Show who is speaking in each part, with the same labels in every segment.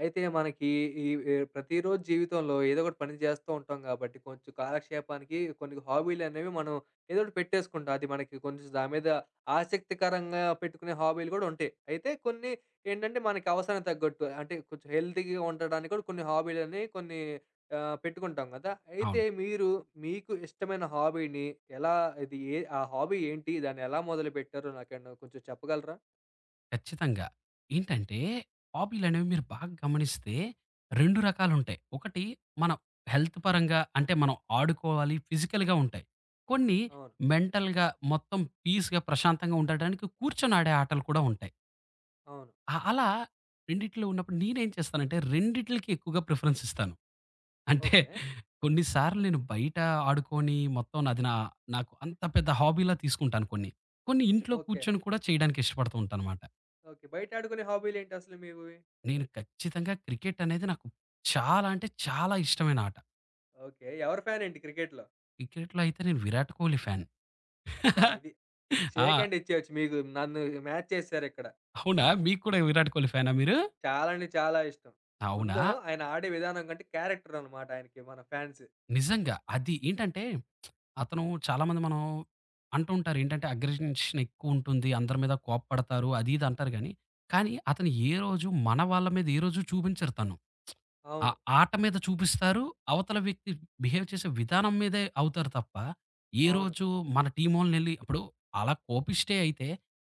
Speaker 1: అయితే మనకి ఈ ఈ ప్రతిరోజు జీవితంలో ఏదో ఒకటి పని చేస్తూ ఉంటాం కాబట్టి కొంచెం కాలక్షేపానికి కొన్ని హాబీలు అనేవి మనం ఏదో ఒకటి పెట్టేసుకుంటాం. అది మనకి కొంచెం దాని మీద ఆసక్తికరంగా పెట్టుకునే హాబీలు కూడా ఉంటాయి. అయితే కొన్ని ఏంటంటే మనకి అవసరానికి తగ్గట్టు అంటే కొంచెం హెల్తీగా ఉండడానికి కూడా కొన్ని హాబీలని కొన్ని పెట్టుకుంటాం కదా! అయితే
Speaker 2: అవును.
Speaker 1: మీరు మీకు ఇష్టమైన హాబీని ఎలా ఇది ఏ ఆ హాబీ ఏంటి? దాన్ని ఎలా మొదలుపెట్టారో నాకేమన్నా కొంచెం చెప్పగలరా?
Speaker 2: ఖచ్చితంగా. ఏంటంటే, హాబీలనేవి మీరు బాగా గమనిస్తే 2 రకాలుంటాయి. ఒకటి మనం హెల్త్ పరంగా అంటే, మనం ఆడుకోవాలి ఫిజికల్‌గా ఉంటాయి. కొన్ని
Speaker 1: అవును.
Speaker 2: మెంటల్‌గా మొత్తం పీస్‌గా, ప్రశాంతంగా ఉండడానికి కూర్చొని ఆడే ఆటలు కూడా ఉంటాయి.
Speaker 1: అవును.
Speaker 2: అలా రెండిట్లో ఉన్నప్పుడు నేనేం చేస్తానంటే, రెండిట్లకి ఎక్కువగా ప్రిఫరెన్స్ ఇస్తాను. అంటే,
Speaker 1: ఓకే.
Speaker 2: కొన్ని సార్లు నేను బయట ఆడుకోని మొత్తం నాది నా నాకు అంత పెద్ద హాబీలా తీసుకుంటాను కొన్ని. కొన్ని ఇంట్లో
Speaker 1: ఓకే.
Speaker 2: కూర్చొని కూడా చేయడానికి ఇష్టపడుతూ ఉంటానమాట.
Speaker 1: ఓకే. బయట ఆడుకునే హాబీలేంటి అసలు మీవి?
Speaker 2: నేను ఖచ్చితంగా క్రికెట్ అనేది నాకు చాలా అంటే చాలా ఇష్టమైన ఆట.
Speaker 1: ఓకే. ఎవరి ఫ్యానేంటి క్రికెట్‌లో?
Speaker 2: క్రికెట్‌లో అయితే నేను 'విరాట్ కోహ్లీ' ఫ్యాన్.
Speaker 1: అబ్బా! ఇది షేక్
Speaker 2: ఆ!
Speaker 1: హ్యాండ్ ఇచ్చేయొచ్చు మీకు. నన్ను మ్యాచ్ చేసేసారిక్కడ.
Speaker 2: అవునా? మీకు కూడా 'విరాట్ కోహ్లీ' ఫ్యానా మీరు?
Speaker 1: చాలా అంటే చాలా ఇష్టం.
Speaker 2: అవునా?
Speaker 1: ముందు ఆయన ఆడే విధానం కంటే క్యారెక్టర్ అనమాట ఆయనకి మన ఫ్యాన్స్.
Speaker 2: నిజంగా. అది ఏంటంటే అతను చాలామంది మనం అంటూ ఉంటారు. ఏంటంటే అగ్రెషన్ ఎక్కువుంటుంది. అందరి మీద కోప్పడతారు. అది ఇది అంటారు గానీ, కానీ అతను ఏ రోజు మన వాళ్ళ మీద ఏ రోజు చూపించరు తను. ఆ
Speaker 1: అవును.
Speaker 2: ఆట మీద చూపిస్తారు. అవతల వ్యక్తి బిహేవ్ చేసే విధానం మీదే అవుతారు తప్ప, ఏ
Speaker 1: అవును.
Speaker 2: రోజు మన టీమోళ్ళనెళ్లి ఇప్పుడు అలా కోపిష్టే అయితే,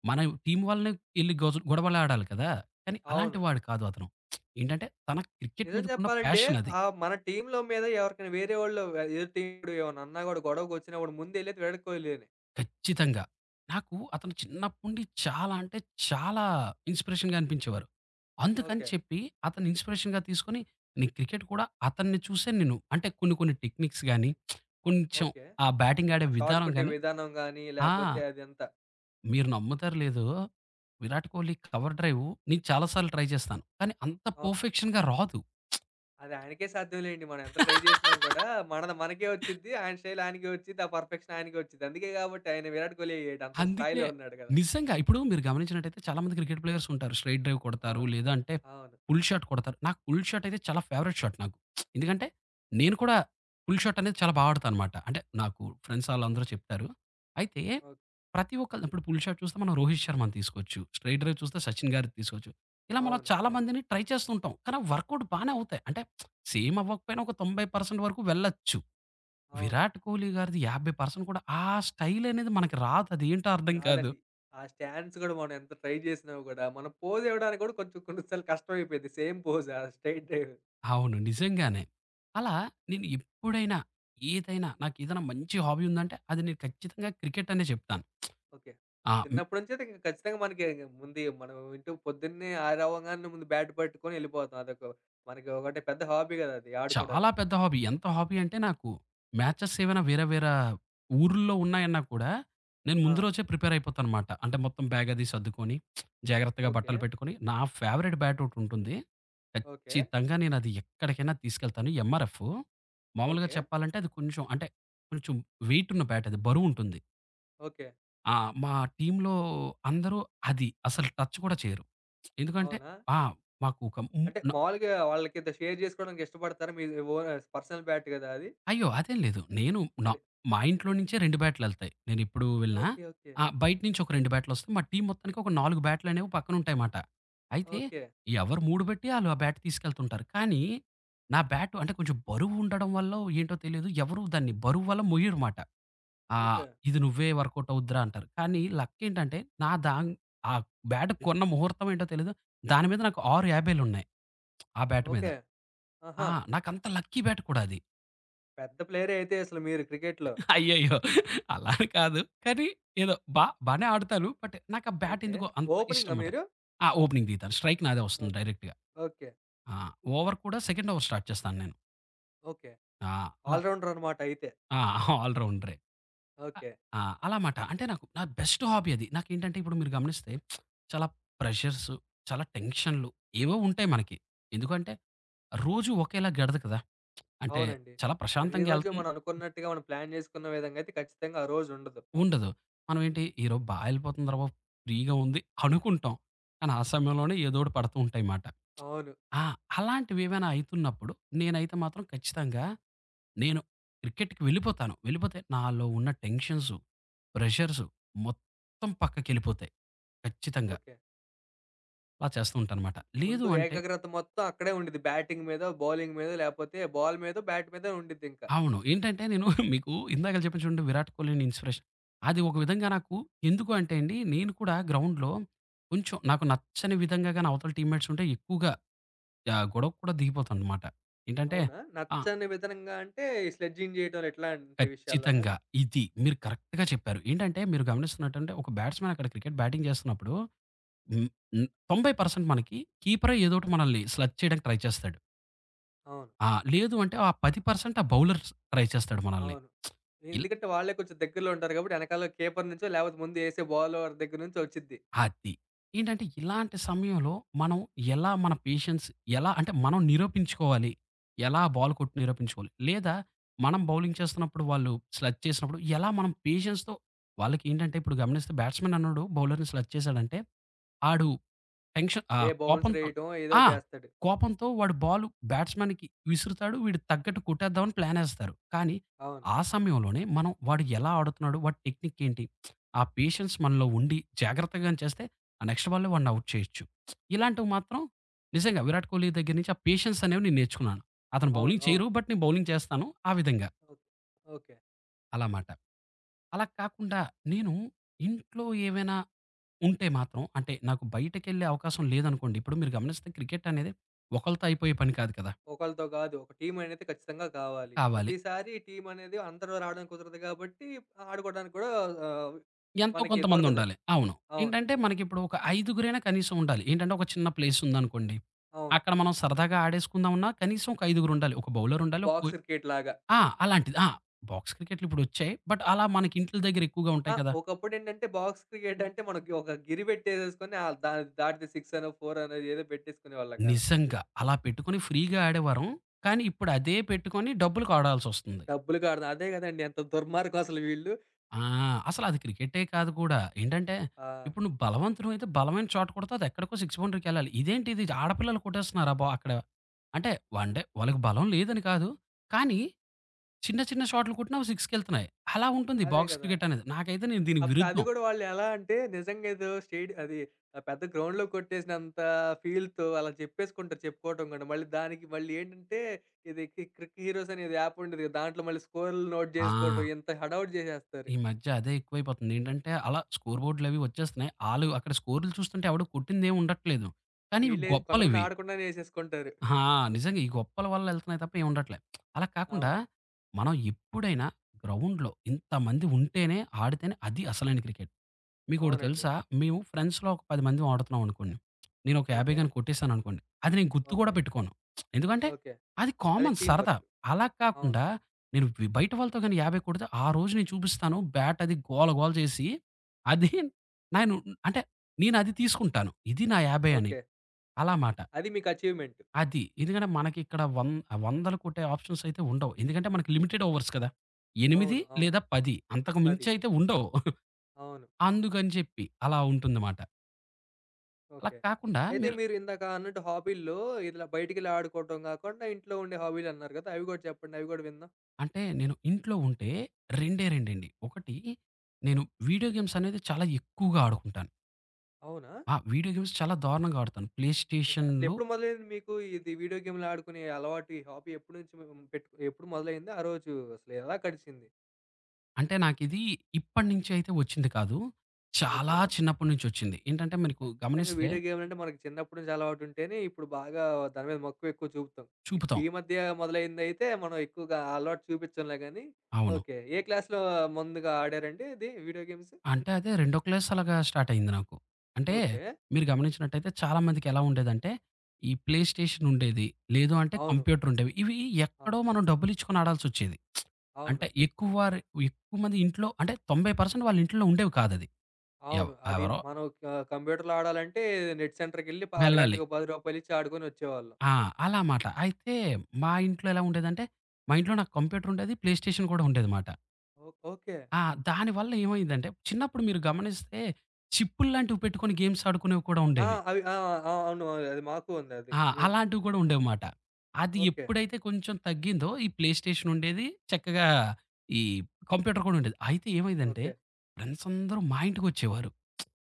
Speaker 2: మన టీమ్ వాళ్ళనే ఎళ్లి గొడవలాడాలి కదా! కానీ అలాంటి
Speaker 1: అవును.
Speaker 2: వాడు కాదు అతను. ఏంటంటే తన క్రికెట్
Speaker 1: నిజం
Speaker 2: మీదకున్న
Speaker 1: చెప్పాలంటే
Speaker 2: ప్యాషన్ అది.
Speaker 1: మన టీమ్‌లో మీద ఎవరికైనా వేరే వాళ్ళు ఎదురు టీమోడు ఏమన్నా అన్నా గూడా గొడవకొచ్చినప్పుడు ముందెళ్ళేది వీడకోహ్లీనే.
Speaker 2: ఖచ్చితంగా. నాకు అతను చిన్నప్పటి చాలా అంటే చాలా ఇన్‌స్పిరేషన్‌గా అనిపించేవారు. అందుకని
Speaker 1: ఓకే.
Speaker 2: చెప్పి అతన్ని ఇన్‌స్పిరేషన్‌గా తీసుకొని నేను క్రికెట్ కూడా అతన్ని చూసే నేను అంటే కొన్ని కొన్ని టెక్నిక్స్ గాని, కొంచెం
Speaker 1: ఓకే.
Speaker 2: ఆ బ్యాటింగ్ ఆడే
Speaker 1: ఆ షాట్
Speaker 2: విధానం
Speaker 1: కొట్టే
Speaker 2: గాని
Speaker 1: విధానం గానీ
Speaker 2: ఆ!
Speaker 1: లేపోతే అదంతా.
Speaker 2: మీరు నమ్ముతారో లేదో 'విరాట్ కోహ్లీ' కవర్ డ్రైవ్ నేను చాలా సార్లు ట్రై చేస్తాను. కానీ అంత
Speaker 1: అవ్
Speaker 2: పర్ఫెక్షన్‌గా రాదు.
Speaker 1: అది ఆయనకే సాధ్యం లేండి. మనం ఎంత ట్రై చేసినా కూడా మనది మనకే వచ్చిద్ది. ఆయన స్టైల్ ఆయనకే వచ్చిద్ది. ఆ పర్ఫెక్షన్ ఆయనకే వచ్చిద్ది. అందుకే కాబట్టి ఆయన విరాట్ కోహ్లీ అయ్యాడు. అంత
Speaker 2: అందుకే
Speaker 1: స్థాయిలో ఉన్నాడు కదా!
Speaker 2: నిజంగా ఇప్పుడు మీరు గమనించినట్టయితే చాలామంది క్రికెట్ ప్లేయర్స్ ఉంటారు. స్ట్రెయిట్ డ్రైవ్ కొడతారు.
Speaker 1: అవును.
Speaker 2: లేదా అంటే
Speaker 1: అవును.
Speaker 2: పుల్ షాట్ కొడతారు. నాకు పుల్ షాట్ అయితే చాలా ఫేవరెట్ షాట్ నాకు. ఎందుకంటే నేను కూడా పుల్ షాట్ అనేది చాలా బా ఆడతానన్నమాట. అంటే నాకు ఫ్రెండ్స్ ఆళ్ళందరూ చెప్తారు. అయితే
Speaker 1: ఓకే.
Speaker 2: ప్రతి ఒక్కళ్ళు ఇప్పుడు పుల్ షాట్ చూస్తే మనం 'రోహిత్ శర్మ'ని తీసుకోవచ్చు. స్ట్రెయిట్ డ్రైవ్ చూస్తే 'సచిన్' గారిది తీసుకోవచ్చు. ఇలా మనం
Speaker 1: అవును.
Speaker 2: చాలా
Speaker 1: అవును.
Speaker 2: మందిని ట్రై చేస్తూ ఉంటాం. కానీ అవి వర్కౌట్ బానే అవుతాయి. అంటే సేమ్ అవ్వకపోయినా ఒక 90% వరకు వెళ్ళొచ్చు.
Speaker 1: అవును.
Speaker 2: విరాట్ కోహ్లీ గారిది 50% కూడా ఆ స్టైల్ అనేది మనకి రాదు. అదేంటో అర్థం కాదు.
Speaker 1: రాదండి. ఆ స్టాండ్స్ కూడా మనం ఎంత ట్రై చేసినా కూడా మనం పోజ్ ఇవ్వడానికి కూడా కొంచెం కొన్ని సార్లు కష్టమైపోయిద్ది. సేమ్ పోజ్ ఆ స్ట్రెయిట్ డ్రైవ్.
Speaker 2: అవును. నిజంగానే. అలా నేను ఎప్పుడైనా ఏదైనా నాకేదైనా మంచి హాబీ ఉందంటే అది నేను ఖచ్చితంగా క్రికెట్ అనే చెప్తాను.
Speaker 1: ఓకే.
Speaker 2: ఆ!
Speaker 1: చిన్నప్పటి నుంచి అయితే ఇంక ఖచ్చితంగా మనకి ఇంక ముందు మనం ఇంటూ పొద్దున్నే ఆరవ్వంగానే ముందు బ్యాట్ పట్టుకొని ఎళ్ళిపోతాం. అదొక మనకి ఒకటి పెద్ద హాబీ కదా! అది
Speaker 2: చాలా
Speaker 1: ఆడుకోవడానికి.
Speaker 2: పెద్ద హాబీ. ఎంత హాబీ అంటే నాకు మ్యాచెస్ ఏవైనా వేరే వేరే ఊరుల్లో ఉన్నాయన్నా కూడా నేను
Speaker 1: ఆ!
Speaker 2: ముందు రోజే ప్రిపేర్ అయిపోతానన్నమాట. అంటే మొత్తం బ్యాగ్ అది సర్దుకొని జాగ్రత్తగా
Speaker 1: ఓకే.
Speaker 2: బట్టలు పెట్టుకొని నా ఫేవరెట్ బ్యాట్ ఒకటుంటుంది.
Speaker 1: ఓకే.
Speaker 2: ఖచ్చితంగా నేను అది ఎక్కడికైనా తీసుకెళ్తాను. ఎంఆర్ఎఫ్ మామూలుగా
Speaker 1: ఓకే.
Speaker 2: చెప్పాలంటే అది కొంచెం అంటే కొంచెం వెయిట్ ఉన్న బ్యాట్ అది బరువుంటుంది.
Speaker 1: ఓకే.
Speaker 2: ఆ! మా టీమ్‌లో అందరూ అది అసలు టచ్ కూడా చేయరు. ఎందుకంటే
Speaker 1: అవునా?
Speaker 2: ఆ! మాకు ఒక ము
Speaker 1: అంటే
Speaker 2: న
Speaker 1: మామూలుగా వాళ్ళకింత షేర్ జేసుకోవడానికి ఇష్టపడతారా? మీ ఓన్ పర్సనల్ బ్యాట్ గదా అది?
Speaker 2: అయ్యో! అదేం లేదు. నేను నా
Speaker 1: అదే.
Speaker 2: మా ఇంట్లో నుంచే 2 బ్యాట్‌లెళ్తాయి. నేనిప్పుడు వెళ్ళినా
Speaker 1: ఓకే. ఓకే.
Speaker 2: బయట నుంచి ఒక 2 బ్యాట్‌లొస్తాయి. మా టీమ్ మొత్తానికి ఒక 4 బ్యాట్‌లనేవి పక్కనుంటాయమాట. అయితే
Speaker 1: ఓకే.
Speaker 2: ఎవరు 3 బెట్టి ఆళ్ళు ఆ బ్యాట్ తీసుకెళ్తుంటారు. కానీ నా బ్యాట్ అంటే కొంచెం బరువుండడం వల్లో ఏంటో తెలీదు. ఎవరు దాన్ని బరువు వల్ల మొయ్యరుమాట. ఆహ్,
Speaker 1: ఓకే.
Speaker 2: ఇది నువ్వే వర్కౌట్ అవుద్దిరా అంటారు. కానీ లక్కేంటంటే నా దాన్ ఆ బ్యాట్ కొన్న ముహూర్తం ఏంటో తెలీదు. దాని మీద నాకు 6 50 లున్నాయి. ఆ బ్యాట్ మీద.
Speaker 1: ఓకే. ఆహా!
Speaker 2: ఆ! నాకంత లక్కీ బ్యాట్ కూడా అది.
Speaker 1: పెద్ద ప్లేయరే అయితే అసలు మీరు క్రికెట్‌లో.
Speaker 2: అయ్యయ్యో! అలా అని కాదు. కానీ ఏదో బానే ఆడుతాను. బట్ నాకా బ్యాట్
Speaker 1: ఓకే.
Speaker 2: ఎందుకో అంత
Speaker 1: ఓపెనింగా
Speaker 2: ఇష్టం మాట.
Speaker 1: మీరు?
Speaker 2: ఆ! ఓపెనింగ్ దిగుతాను. స్ట్రైక్ నాదే వస్తుంది
Speaker 1: ఓక్
Speaker 2: డైరెక్ట్‌గా.
Speaker 1: ఓకే.
Speaker 2: ఆ! ఓవర్ కూడా సెకండ్ ఓవర్ స్టార్ట్ చేస్తాను నేను.
Speaker 1: ఓకే.
Speaker 2: ఆ! అలా
Speaker 1: ఆల్ రౌండర్ అనమాట అయితే.
Speaker 2: ఆ! ఆల్ రౌండరే. అ
Speaker 1: ఓకే.
Speaker 2: ఆ! అలా మాట. అంటే నాకు నా బెస్ట్ హాబీ అది. నాకేంటంటే ఇప్పుడు మీరు గమనిస్తే చాలా ప్రెషర్స్, చాలా టెన్షన్‌లు ఏవో ఉంటాయి మనకి. ఎందుకంటే రోజు ఒకేలా గడవదు కదా! అంటే
Speaker 1: అవునండి.
Speaker 2: చాలా ప్రశాంతంగా
Speaker 1: ప్రతిరోజు మనం అనుకున్నట్టుగా మనం ప్లాన్ జేసుకున్న విధంగా అయితే ఖచ్చితంగా ఆ రోజుండదు.
Speaker 2: ఉండదు. మనం ఏంటి ఈరోజు బా ఎళ్ళిపోతుందిరా బాబు! ఫ్రీగా ఉంది అనుకుంటాం. కానీ ఆ సమయంలోనే ఏదోకటి పడుతూ ఉంటాయి మాట.
Speaker 1: అవును.
Speaker 2: ఆ! అలాంటివి ఏమైనా అయితున్నప్పుడు నేనైతే మాత్రం ఖచ్చితంగా నేను క్రికెట్‌కి వెళ్ళిపోతాను. వెళ్ళిపోతే నాలో ఉన్న టెన్షన్సు, ప్రెషర్సు మొత్తం పక్కకెళ్ళిపోతాయి. ఖచ్చితంగా.
Speaker 1: ఓకే.
Speaker 2: అలా చేస్తూ ఉంటానమాట. లేదు
Speaker 1: ముందు
Speaker 2: అంటే
Speaker 1: ఏకాగ్రత మొత్తం అక్కడే ఉండిద్ది. బ్యాటింగ్ మీదో, బౌలింగ్ మీదో లేపోతే బాల్ మీదో, బ్యాట్ మీదో ఉండిద్దింకా.
Speaker 2: అవును. ఏంటంటే నేను మీకు ఇందాకల చెప్పాను చూడండి 'విరాట్ కోహ్లీని' ఇన్‌స్పిరేషన్. అది ఒక విధంగా నాకు ఎందుకు అంటే అండి, నేను కూడా గ్రౌండ్‌లో కొంచెం నాకు నచ్చని విధంగా గాని అవతల టీమ్‌మేట్స్ ఉంటే ఎక్కువగా గొడవకు కూడా దిగిపోతానన్నమాట. ఏంటంటే
Speaker 1: అవునా?
Speaker 2: ఆ!
Speaker 1: నచ్చని విధంగా అంటే ఈ స్లెడ్జింగ్ జేయటం ఇట్లాంటి విషయాల్లోనా?
Speaker 2: ఖచ్చితంగా. ఇది. మీరు కరెక్ట్‌గా చెప్పారు. ఏంటంటే మీరు గమనిస్తున్నట్టంటే ఒక బ్యాట్స్‌మెన్ అక్కడ క్రికెట్ బ్యాటింగ్ చేస్తున్నప్పుడు హ్మ్, హ్మ్, 90% మనకి కీపరే ఏదోకటి మనల్ని స్లగ్ చేయడానికి ట్రై చేస్తాడు.
Speaker 1: అవును.
Speaker 2: ఆ! లేదు అంటే ఆ 10% ఆ బౌలర్ ట్రై చేస్తాడు మనల్ని.
Speaker 1: అవును.
Speaker 2: ఇలా
Speaker 1: ఎందుకంటే వాళ్ళే కొంచెం దగ్గరలో ఉంటారు గాబట్టి ఎనకాల కీపర్ నుంచో లేపోతే ముందు ఏసే బౌలర్ దగ్గర నుంచో వచ్చిద్ది.
Speaker 2: అది. ఏంటంటే ఇలాంటి సమయంలో మనం ఎలా మన పేషెన్స్ ఎలా అంటే మనం నిరూపించుకోవాలి. ఎలా బాల్ కొట్టి నిరూపించుకోవాలి. లేదా మనం బౌలింగ్ చేస్తున్నప్పుడు వాళ్ళు స్లగ్ చేసినప్పుడు ఎలా మనం పేషెన్స్‌తో వాళ్ళకేంటంటే ఇప్పుడు గమనిస్తే బ్యాట్స్‌మన్ అన్నోడు బౌలర్‌ని స్లగ్ చేశాడంటే ఆడు టెన్షన్
Speaker 1: ఏ బౌన్సర్
Speaker 2: కోపంతో
Speaker 1: ఏయటమో ఏదో
Speaker 2: ఆ!
Speaker 1: ఒకటి జేస్తాడు.
Speaker 2: కోపంతో వాడు బాలు బ్యాట్స్‌మెన్‌కి విసురుతాడు. వీడు తగ్గట్టు కొట్టేద్దామని ప్లానేస్తారు. కానీ,
Speaker 1: అవును.
Speaker 2: ఆ సమయంలోనే మనం వాడు ఎలా ఆడుతున్నాడు? వాడి టెక్నిక్ ఏంటి? ఆ పేషెన్స్ మనలో ఉండి జాగ్రత్తగాని చేస్తే ఆ నెక్స్ట్ బాల్‌లో వాడిని ఔట్ చేయొచ్చు. ఇలాంటివి మాత్రం నిజంగా విరాట్ కోహ్లీ దగ్గర నుంచి ఆ పేషెన్స్ అనేవి నేను నేర్చుకున్నాను. అతను
Speaker 1: అవును.
Speaker 2: బౌలింగ్ చేయరు.
Speaker 1: అవును.
Speaker 2: బట్ నేను బౌలింగ్ చేస్తాను. ఆ విధంగా
Speaker 1: ఓకే. ఓకే.
Speaker 2: అలా మాట. అలా కాకుండా నేను ఇంట్లో ఏవైనా ఉంటే మాత్రం అంటే నాకు బయటకెళ్ళే అవకాశం లేదనుకోండి. ఇప్పుడు మీరు గమనిస్తే క్రికెట్ అనేది ఒకళ్ళతో అయిపోయే పని కాదు కదా!
Speaker 1: ఒకళ్ళతో గాదు. ఒక టీమ్ అనేది ఖచ్చితంగా కావాలి.
Speaker 2: కావాలి.
Speaker 1: ప్రతిసారి టీమ్ అనేది అందరూ రావడం కుదరదు గాబట్టి ఆడుకోవడానికి గూడా ఆహ్,
Speaker 2: ఎంతో
Speaker 1: మనకి
Speaker 2: కొంతమంది
Speaker 1: దొరకదు.
Speaker 2: ఉండాలి. అవును.
Speaker 1: అవును.
Speaker 2: ఏంటంటే మనకిప్పుడు ఒక ఐదుగురైనా కనీసం ఉండాలి. ఏంటంటే ఒక చిన్న ప్లేస్ ఉందనుకోండి.
Speaker 1: అవును.
Speaker 2: అక్కడ మనం సరదాగా ఆడేసుకుందామన్నా కనీసం ఒక ఐదుగురు ఉండాలి. ఒక బౌలర్ ఉండాలి. ఒక గో
Speaker 1: బాక్స్ క్రికెట్‌లాగా.
Speaker 2: ఆ! అలాంటిది. బాక్స్ క్రికెట్లు ఇప్పుడొచ్చాయి. బట్ అలా మనకి ఇంట్ల దగ్గర ఎక్కువగా
Speaker 1: ఆ!
Speaker 2: ఉంటాయి కదా!
Speaker 1: ఒకప్పుడేంటంటే బాక్స్ క్రికెట్ అంటే మనకి ఒక గిరి పెట్టేసేసుకొని ఆహ్, దా దాటితే 6 అనో, 4 అనో ఏదో పెట్టేసుకునేవాళ్ళం కదా!
Speaker 2: నిజంగా. అలా పెట్టుకొని ఫ్రీగా ఆడేవారం. కానీ ఇప్పుడు అదే పెట్టుకొని డబ్బులకి ఆడాల్సొస్తుంది.
Speaker 1: డబ్బులుకి ఆడదాం. అదే కదండీ! ఎంత దుర్మార్గం అసలు వీళ్ళు.
Speaker 2: ఆ! అసలది క్రికెటే కాదు కూడా. ఏంటంటే,
Speaker 1: ఆ!
Speaker 2: ఇప్పుడు నువ్వు బలవంతుడివి అయితే బలమైన షాట్ కొడితే అది ఎక్కడికో సిక్స్ బౌండరీకెళ్ళాలి. ఇదేంటిది ఆడపిల్లలు కొట్టేస్తున్నారా బా అక్కడ? అంటే అంటే వాళ్ళకి బలం లేదని కాదు. కానీ చిన్న చిన్న షాట్లు కొట్టినా అవి సిక్స్‌కెళ్తున్నాయి. అలా ఉంటుంది
Speaker 1: అదే
Speaker 2: బాక్స్
Speaker 1: కదా!
Speaker 2: క్రికెట్ అనేది. నాకైతే నేను దీనికి
Speaker 1: అప్పుడు అది
Speaker 2: విరుద్ధం.
Speaker 1: కూడా వాళ్ళు ఎలా అంటే నిజంగా ఏదో స్టేడి అది పెద్ద గ్రౌండ్‌లో కొట్టేసినంత ఫీల్‌తో అలా చెప్పేసుకుంటారు చెప్పుకోవటం కూడా. మళ్ళీ దానికి మళ్ళీ ఏంటంటే ఇది కి క్రిక్ హీరోస్ అనేది యాప్ ఉండేది కదా! దాంట్లో మళ్ళీ స్కోర్‌లు నోట్
Speaker 2: ఆ!
Speaker 1: చేసుకోవటం ఇంత హడావుడి చేసేస్తారు.
Speaker 2: ఈ మధ్య అదే ఎక్కువైపోతుంది. ఏంటంటే, అలా స్కోర్ బోర్డ్‌లవి వచ్చేస్తున్నాయి. ఆళ్ళు అక్కడ స్కోర్‌లు చూస్తుంటే ఎవడు కొట్టిందేం ఉండట్లేదు. కానీ ఇవి
Speaker 1: వీళ్ళే కొంతమంది
Speaker 2: గొప్పలివి.
Speaker 1: ఆడకుండానే ఏసేసుకుంటారు.
Speaker 2: ఆ! నిజంగా ఈ గొప్పల వల్ల ఎళ్తున్నాయి తప్ప ఏముండట్లే. అలా కాకుండా
Speaker 1: అవును.
Speaker 2: మనం ఎప్పుడైనా గ్రౌండ్‌లో ఇంతమంది ఉంటేనే, ఆడితేనే అది అసలైన క్రికెట్. మీకోటి
Speaker 1: అవునండి.
Speaker 2: తెలుసా? మేము ఫ్రెండ్స్‌లో ఒక 10 మంది ఆడుతున్నాం అనుకోండి. నేను ఒక 50
Speaker 1: ఓకే.
Speaker 2: గాని కొట్టేసాననుకోండి. అది నేను గుర్తు కూడా
Speaker 1: ఓకే.
Speaker 2: పెట్టుకోను. ఎందుకంటే
Speaker 1: ఓకే.
Speaker 2: అది
Speaker 1: అది
Speaker 2: కామన్
Speaker 1: టీమ్
Speaker 2: సరదా.
Speaker 1: వర్క్.
Speaker 2: అలా
Speaker 1: అవును.
Speaker 2: కాకుండా నేను వి బయట వాళ్ళతో గాని 50 కొడితే ఆ రోజు నేను చూపిస్తాను బ్యాట్ అది గోల గోల చేసి అది నేను అంటే నేనది తీసుకుంటాను. ఇది నా 50 అని.
Speaker 1: ఓకే.
Speaker 2: అలా మాట.
Speaker 1: అది మీకు అచీవ్‌మెంట్.
Speaker 2: అది. ఎందుకంటే మనకిక్కడ వందలు కొట్టే ఆప్షన్స్ అయితే ఉండవు. ఎందుకంటే మనకి లిమిటెడ్ ఓవర్స్ కదా! 8
Speaker 1: అవును. అవును.
Speaker 2: లేదా 10 అంతకు
Speaker 1: 10.
Speaker 2: మించయితే ఉండవు.
Speaker 1: అవును.
Speaker 2: అందుకని చెప్పి అలా ఉంటుందమాట. అలా
Speaker 1: ఓకే.
Speaker 2: కాకుండా
Speaker 1: అయితే
Speaker 2: మీరు
Speaker 1: మీరు ఇందాక అన్నట్టు హాబీల్లో ఇలా బయటికెళ్ళి ఆడుకోవటం గాకుండా ఇంట్లో ఉండే హాబీలన్నారు గదా! అవి గూడా చెప్పండి. అవి గూడా విందాం.
Speaker 2: అంటే నేను ఇంట్లో ఉంటే రెండే రెండండి. ఒకటి నేను వీడియో గేమ్స్ అనేది చాలా ఎక్కువగా ఆడుకుంటాను.
Speaker 1: అవునా?
Speaker 2: వీడియో గేమ్స్ చాలా
Speaker 1: ఓకే.
Speaker 2: దారుణంగా ఆడుతాను. Play
Speaker 1: okay.
Speaker 2: స్టేషన్‌లు
Speaker 1: అసలెప్పుడు మొదలైంది మీకు ఇది వీడియో గేమ్‌లు ఆడుకునే అలవాటు? ఈ హాబీ ఎప్పటి నుంచి పెట్టుకు ఎప్పుడు మొదలైంది? ఆ రోజు అసలు ఎలా గడిచింది?
Speaker 2: అంటే నాకిది ఇప్పటినుంచి అయితే వచ్చింది కాదు. చాలా
Speaker 1: ఓకే.
Speaker 2: చిన్నప్పటి నుంచి వచ్చింది. ఏంటంటే మీకు
Speaker 1: ఖచ్చితంగా
Speaker 2: గమనిస్తే
Speaker 1: వీడియో గేమ్‌లంటే మనకి చిన్నప్పటి నుంచి అలవాటుంటేనే ఇప్పుడు బాగా దాని మీద మక్కువ ఎక్కువ చూపుతాం.
Speaker 2: చూపుతాం.
Speaker 1: ఈ మధ్య మొదలైందయితే మనం ఎక్కువగా ఆ అలవాటు చూపించంలే గానీ,
Speaker 2: అవును.
Speaker 1: ఓకే. ఏ క్లాస్‌లో ముందుగా ఆడారండి ఇది వీడియో గేమ్స్?
Speaker 2: అంటే అదే రెండో క్లాస్ అలాగా స్టార్ట్ అయింది నాకు. అంటే
Speaker 1: ఓకే.
Speaker 2: మీరు గమనించినట్టయితే చాలా మందికి ఎలా ఉండేదంటే, ఈ ప్లే స్టేషన్ ఉండేది. లేదు అంటే
Speaker 1: అవును.
Speaker 2: కంప్యూటర్ ఉండేవి. ఇవి
Speaker 1: అవ్
Speaker 2: ఎక్కడో మనం డబ్బులిచ్చుకొని ఆడాల్సొచ్చేది.
Speaker 1: అవును.
Speaker 2: అంటే ఎక్కువ మంది ఇంట్లో అంటే 90% వాళ్ళ ఇంట్లో ఉండేవి కాదది. ఎవ్
Speaker 1: అవును. అది
Speaker 2: ఎవరో
Speaker 1: మనం కంప్యూటర్‌లో ఆడాలంటే నెట్ సెంటర్‌కెళ్ళి
Speaker 2: వెళ్ళాలి.
Speaker 1: అరగంటకు రూ. 10 ఇచ్చి ఆడుకొనొచ్చేవాళ్ళం.
Speaker 2: ఆ! అలా మాట. అయితే మా ఇంట్లో ఎలా ఉండేదంటే, మా ఇంట్లో నాకు కంప్యూటర్ ఉండేది. ప్లే స్టేషన్ కూడా ఉండేదిమాట.
Speaker 1: ఓకే.
Speaker 2: ఆ! దానివల్ల ఏమైందంటే చిన్నప్పుడు మీరు గమనిస్తే చిప్పుల్లాంటివి పెట్టుకొని గేమ్స్ ఆడుకునేవి కూడా
Speaker 1: ఆ!
Speaker 2: ఉండేవి.
Speaker 1: అవి ఆ! ఆ! అవును. అది మాకు ఉందది. మీన్
Speaker 2: అలాంటివి కూడా ఉండేవిమాట. అది
Speaker 1: ఓకే.
Speaker 2: ఎప్పుడైతే కొంచెం తగ్గిందో ఈ ప్లే స్టేషన్ ఉండేది. చక్కగా ఈ కంప్యూటర్ కూడా ఉండేది. అయితే ఏమైందంటే
Speaker 1: ఓకే.
Speaker 2: ఫ్రెండ్స్ అందరూ మా ఇంటికొచ్చేవారు.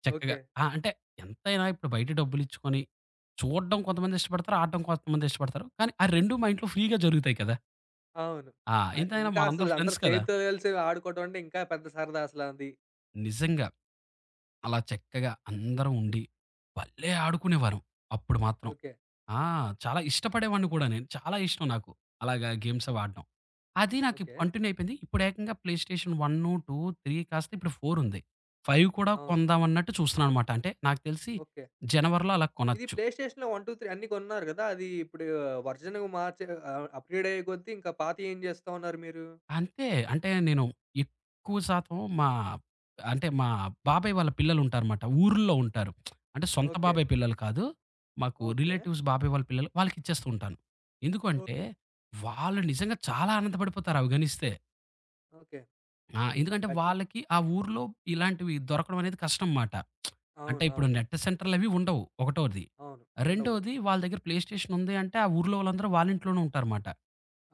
Speaker 2: చక్కగా
Speaker 1: ఓకే.
Speaker 2: అంటే ఎంతైనా ఇప్పుడు బయట డబ్బులిచ్చుకొని చూడడం కొంతమంది ఇష్టపడతారు. ఆడడం కొంతమంది ఇష్టపడతారు. కానీ ఆ 2 మా ఇంట్లో ఫ్రీ‌గా జరుగుతాయి కదా!
Speaker 1: అవును.
Speaker 2: ఎంతైనా
Speaker 1: ఇంకా అసలు
Speaker 2: మనందరం
Speaker 1: అందరూ
Speaker 2: ఫ్రెండ్స్ కదా!
Speaker 1: చేతితో కలిసి ఆడుకోవడం అంటే ఇంకా పెద్ద సరదా అసలది.
Speaker 2: నిజంగా అలా చక్కగా అందరం ఉండి భలే ఆడుకునేవారం. అప్పుడు మాత్రం.
Speaker 1: ఓకే.
Speaker 2: ఆ! చాలా ఇష్టపడేవాడిని కూడా నేను. చాలా ఇష్టం నాకు అలాగా గేమ్స్
Speaker 1: హుహు.
Speaker 2: అవి ఆడడం. అది నాకు
Speaker 1: ఓకే.
Speaker 2: ఇప్పుడు కంటిన్యూ అయిపోయింది. ఇప్పుడు ఏకంగా ప్లే స్టేషన్ 1, 2, 3 కాస్త ఇప్పుడు 4 ఉంది. 5 కూడా
Speaker 1: అవును.
Speaker 2: కొందాం అన్నట్టు చూస్తున్నానన్నమాట. అంటే నాకు తెలిసి
Speaker 1: ఓకే.
Speaker 2: జనవరిలో అలా
Speaker 1: ఇది
Speaker 2: కొనొచ్చు.
Speaker 1: ప్లే స్టేషన్‌లో 1, 2, 3 అన్నీ కొన్నారు గదా! అది ఇప్పుడు వర్షన్ మార్చే అప్‌గ్రేడ్ అయ్యే కొద్దీ ఇంకా పాతయి ఏం చేస్తా ఉన్నారు మీరు?
Speaker 2: అంతే అంటే నేను ఎక్కువ శాతం మా బాబాయ్ వాళ్ళ పిల్లలుంటారన్నమాట. ఊర్లో ఉంటారు. అంటే సొంత
Speaker 1: ఓకే.
Speaker 2: బాబాయ్ పిల్లలు కాదు. మాకు
Speaker 1: ఓకే.
Speaker 2: రిలేటివ్స్ బాబాయ్ వాళ్ళ పిల్లలు వాళ్ళకిచ్చేస్తూ ఉంటాను. ఎందుకు అంటే
Speaker 1: ఓకే.
Speaker 2: వాళ్ళు నిజంగా చాలా ఆనందపడిపోతారు అవి గనిస్తే.
Speaker 1: ఓకే.
Speaker 2: ఎందుకంటే
Speaker 1: ఖచ్చిత
Speaker 2: వాళ్ళకి ఆ ఊర్లో ఇలాంటివి దొరకడం అనేది కష్టం మాట. అంటే
Speaker 1: అవును.
Speaker 2: ఇప్పుడు
Speaker 1: అవును.
Speaker 2: నెట్ సెంటర్‌లవి ఉండవు ఒకటోది.
Speaker 1: అవును. ఉండవు.
Speaker 2: రెండోది వాళ్ళ దగ్గర ప్లే స్టేషన్ ఉంది అంటే ఆ ఊర్లో వాళ్ళందరూ వాళ్ళ ఇంట్లోనే ఉంటారుమాట.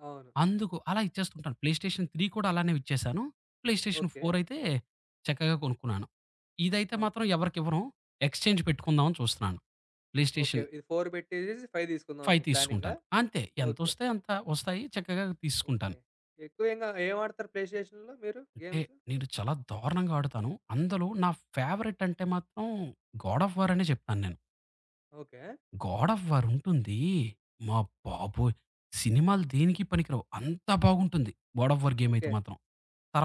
Speaker 1: అవును.
Speaker 2: అందుకు అలా ఇచ్చేస్తుంటాను. ప్లే స్టేషన్ 3 కూడా అలానే ఇచ్చేసాను. Play station
Speaker 1: okay.
Speaker 2: 4 అయితే చక్కగా కొనుక్కున్నాను. ఇదైతే మాత్రం
Speaker 1: ఓకే.
Speaker 2: ఎవరికివ్వను. ఎక్స్‌చేంజ్ పెట్టుకుందాం అని చూస్తున్నాను. Play
Speaker 1: okay.
Speaker 2: స్టేషన్
Speaker 1: ఇది 4 పెట్టేసేసి 5 తీసుకుందాం
Speaker 2: 5
Speaker 1: అనుకో ప్లానింగా?
Speaker 2: తీసుకుంటాను. అంతే
Speaker 1: ఓకే.
Speaker 2: ఎంతొస్తే అంత వస్తాయి చక్కగా
Speaker 1: ఓకే.
Speaker 2: తీసుకుంటాను.
Speaker 1: ఎక్కువ ఇంగా ఏం ఆడతారు ప్లే స్టేషన్‌లో మీరు
Speaker 2: అంటే
Speaker 1: గేమ్స్?
Speaker 2: నేను చాలా దారుణంగా ఆడుతాను. అందులో నా ఫేవరెట్ అంటే మాత్రం 'గాడ్ ఆఫ్ వార్' అనే చెప్తాను నేను.
Speaker 1: ఓకే.
Speaker 2: 'గాడ్ ఆఫ్ వార్' ఉంటుంది. మా బాబోయ్! సినిమాలు దేనికి పనికిరావు. అంత బాగుంటుంది 'God of War' game
Speaker 1: okay.
Speaker 2: అయితే మాత్రం.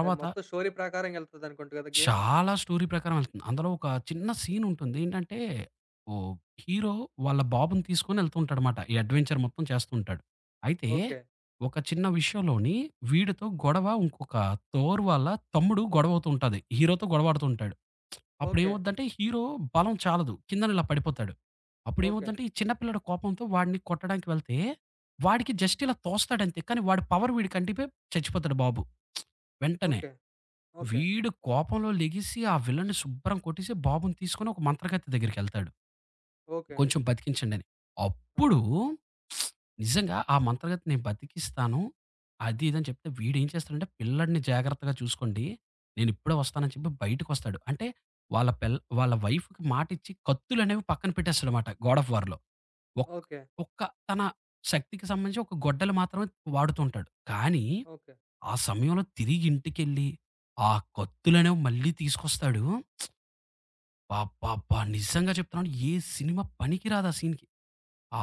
Speaker 1: అది మొత్తం స్టోరీ ప్రకారంగా ఎళ్తదనుకుంట గదా గేము?
Speaker 2: చాలా స్టోరీ ప్రకారం వెళ్తుంది. అందులో ఒక చిన్న సీన్ ఉంటుంది. ఏంటంటే ఓహ్! హీరో వాళ్ళ బాబుని తీసుకొని వెళ్తూ ఉంటాడన్నమాట. ఈ అడ్వెంచర్ మొత్తం చేస్తూ ఉంటాడు. అయితే
Speaker 1: ఓకే.
Speaker 2: ఒక చిన్న విషయంలోని వీడితో గొడవ ఇంకొక తోర్ వాళ్ళ తమ్ముడు గొడవ అవుతూ ఉంటది. హీరోతో గొడవాడుతూ ఉంటాడు.
Speaker 1: ఓకే.
Speaker 2: అప్పుడేమవుద్దంటే హీరో బలం చాలదు. కిందన ఇలా పడిపోతాడు.
Speaker 1: ఓకే.
Speaker 2: అప్పుడేమవుద్దంటే ఈ చిన్న పిల్లాడు కోపంతో వాడిని కొట్టడానికి వెళ్తే వాడికి జస్ట్ ఇలా తోస్తాడంతే. కానీ వాడి పవర్ వీడికి అంటిపోయి చచ్చిపోతాడు బాబు. వెంటనే.
Speaker 1: ఓకే. ఓకే.
Speaker 2: వీడు కోపంలో లెగిసి ఆ విలన్ని శుభ్రం కొట్టేసి, బాబుని తీసుకొని ఒక మంత్రగత్తె దగ్గరికెళ్తాడు.
Speaker 1: ఓకే.
Speaker 2: కొంచెం బతికించండని.
Speaker 1: ఆహా!
Speaker 2: అప్పుడు నిజంగా ఆ మంత్రగత్తె నేను బతికిస్తాను. అది ఇదని చెప్తే వీడేం చేస్తాడంటే పిల్లాడిని జాగ్రత్తగా చూసుకోండి. నేనిప్పుడే వస్తానని చెప్పి బయటికొస్తాడు. అంటే వాళ్ళ వైఫ్‌కి మాటిచ్చి కత్తులనేవి పక్కన పెట్టేస్తాడనమాట గాడ్ ఆఫ్ వార్‌లో. ఒక్
Speaker 1: ఓకే.
Speaker 2: ఒక్క తన శక్తికి సంబంధించి ఒక గొడ్డలి మాత్రమే వాడుతూ ఉంటాడు. కానీ
Speaker 1: ఓకే.
Speaker 2: ఆ సమయంలో తిరిగి ఇంటికెళ్ళి, ఆ కత్తులనేవి మళ్ళీ తీసుకొస్తాడు. అబ్బబ్బబ్బా! నిజంగా చెప్తున్నాను ఏ సినిమా పనికిరాదు ఆ సీన్‌కి.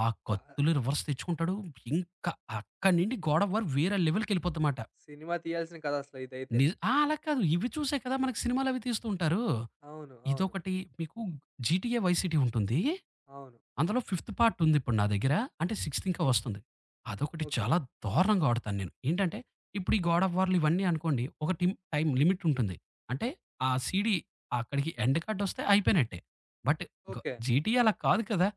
Speaker 2: ఆ
Speaker 1: బా
Speaker 2: కత్తులు రివర్స్ తెచ్చుకుంటాడు. ఇంకా అక్కడి నుండి గాడ్ ఆఫ్ వార్ వేరే లెవెల్‌కెళ్ళిపోద్దమాట.
Speaker 1: సినిమా తీయాల్సిన కథ అసలు ఇదైతే.
Speaker 2: ని ఆ! అలా కాదు. ఇవి చూసే కదా! మనకి సినిమాలవి తీస్తూ ఉంటారు.
Speaker 1: అవును. అవును.
Speaker 2: ఇదొకటి మీకు 'జీటీఏ వై సిటీ' ఉంటుంది.
Speaker 1: అవును.
Speaker 2: అందులో ఫిఫ్త్ పార్ట్ ఉందిప్పుడు నా దగ్గర. అంటే సిక్స్త్ ఇంకా
Speaker 1: ఓకే.
Speaker 2: వస్తుంది. అదొకటి
Speaker 1: ఓకే.
Speaker 2: చాలా దారుణంగా ఆడుతాను నేను. ఏంటంటే, ఇప్పుడు ఈ గాడ్ ఆఫ్ వార్‌లు ఇవన్నీ అనుకోండి, ఒక టైమ్ లిమిట్ ఉంటుంది. అంటే ఆ సీడీ అక్కడికి ఎండ్ కార్డొస్తే అయిపోయినట్టే. బట్ గ
Speaker 1: ఓకే.
Speaker 2: జీటీఏ అలా కాదు కదా!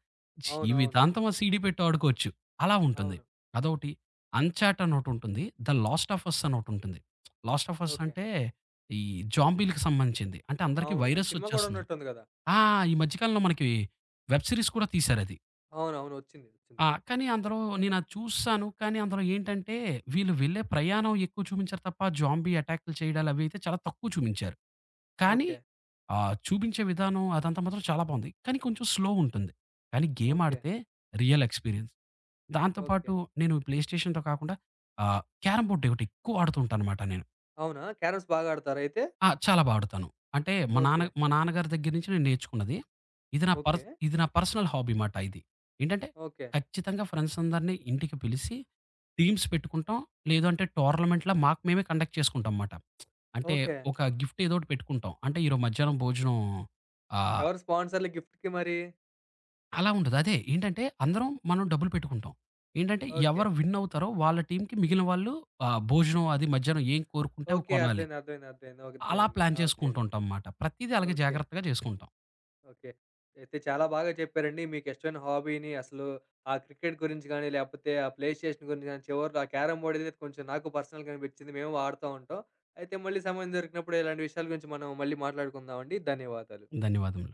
Speaker 1: అవును. అవును.
Speaker 2: జీవితాంతం ఆ సీడీ పెట్టి ఆడుకోవచ్చు. అలా ఉంటుంది.
Speaker 1: అవును.
Speaker 2: అదోకటి. 'అన్‌చాట్' అని ఒకటుంటుంది. 'ద లాస్ట్ ఆఫ్ అస్' అని ఒకటుంటుంది. Last of us
Speaker 1: okay.
Speaker 2: అంటే ఈ జాంబీలకి సంబంధించింది. అంటే అందరికి
Speaker 1: అవును. అది
Speaker 2: వైరస్
Speaker 1: సినిమా గూడా
Speaker 2: వచ్చేస్తుంది.
Speaker 1: ఉన్నట్టుంది గదా!
Speaker 2: ఆ! ఈ మధ్య కాలంలో మనకి వెబ్ సీరీస్ కూడా తీశారది.
Speaker 1: అవును. అవును. ఒచ్చింది. ఒచ్చింది.
Speaker 2: కానీ అందులో నేనది చూసాను. కానీ అందులో ఏంటంటే వీళ్ళు వెళ్ళే ప్రయాణం ఎక్కువ చూపించారు తప్ప జాంబీ అటాక్‌లు చేయడాలు అవి అయితే చాలా తక్కువ చూపించారు. కానీ
Speaker 1: ఓకే.
Speaker 2: చూపించే విధానం అదంతా మాత్రం చాలా బావుంది. కానీ కొంచెం స్లో ఉంటుంది. కానీ గేమ్
Speaker 1: ఓకే.
Speaker 2: ఆడితే రియల్ ఎక్స్‌పీరియన్స్. దాంతో
Speaker 1: ఓకే.
Speaker 2: పాటు నేను ప్లే స్టేషన్‌తో కాకుండా ఆహ్, క్యారమ్ బోర్డ్ ఒకటి ఎక్కువ ఆడుతూ ఉంటానన్నమాట నేను.
Speaker 1: అవునా? క్యారమ్స్ బాగా ఆడతారా అయితే?
Speaker 2: ఆ! చాలా బాడుతాను. అంటే
Speaker 1: ఓకే.
Speaker 2: మా నాన్నగారి దగ్గర నుంచి నేను నేర్చుకున్నది. ఇది నా పర్
Speaker 1: ఓకే.
Speaker 2: ఇది నా పర్సనల్ హాబీ మాట ఇది. ఏంటంటే
Speaker 1: ఓకే.
Speaker 2: ఖచ్చితంగా ఫ్రెండ్స్ అందరిని ఇంటికి పిలిసి టీమ్స్ పెట్టుకుంటాం. లేదు అంటే టోర్నమెంట్‌లా మాకు మేమే కండక్ట్ చేసుకుంటాం మాట. అంటే
Speaker 1: ఓకే.
Speaker 2: ఒక గిఫ్ట్ ఏదో ఒకటి పెట్టుకుంటాం. అంటే ఈరోజు
Speaker 1: ఓహ్!
Speaker 2: మధ్యాహ్నం భోజనం ఆహ్,
Speaker 1: ఎవరు స్పాన్సర్‌లు గిఫ్ట్‌కి మరి?
Speaker 2: అలా ఉండదు. అదే ఏంటంటే అందరం మనం డబ్బులు పెట్టుకుంటాం. ఏంటంటే
Speaker 1: ఓకే.
Speaker 2: ఎవరు విన్ అవుతారో వాళ్ళ టీమ్‌కి మిగిలిన వాళ్ళు భోజనం అది మధ్యాహ్నం ఏం కోరుకుంటే అవి
Speaker 1: ఓకే.
Speaker 2: కొనాలి.
Speaker 1: అర్థమైంది. అర్థమైంది. అర్థమైంది.
Speaker 2: అలా
Speaker 1: అర్థమైంది.
Speaker 2: ప్లాన్
Speaker 1: ఆ! ఓకే.
Speaker 2: చేసుకుంటుంటాంమాట. ప్రతీదీ అలాగే
Speaker 1: ఓకే.
Speaker 2: జాగ్రత్తగా చేసుకుంటాం.
Speaker 1: ఓకే. అయితే చాలా బాగా చెప్పారండి. మీకిష్టమైన హాబీని అసలు ఆ క్రికెట్ గురించి గానీ, లేపోతే ఆ ప్లే స్టేషన్ గురించి గానీ, చివరిలో ఆ క్యారమ్ బోర్డ్ అనేది కొంచెం నాకు పర్సనల్‌గా అనిపించింది. మేము ఆడుతా ఉంటాం. అయితే మళ్ళీ సమయం దొరికినప్పుడు ఇలాంటి విషయాల గురించి మనం మళ్ళీ మాట్లాడుకుందామండి. ధన్యవాదాలు.
Speaker 2: ధన్యవాదములు.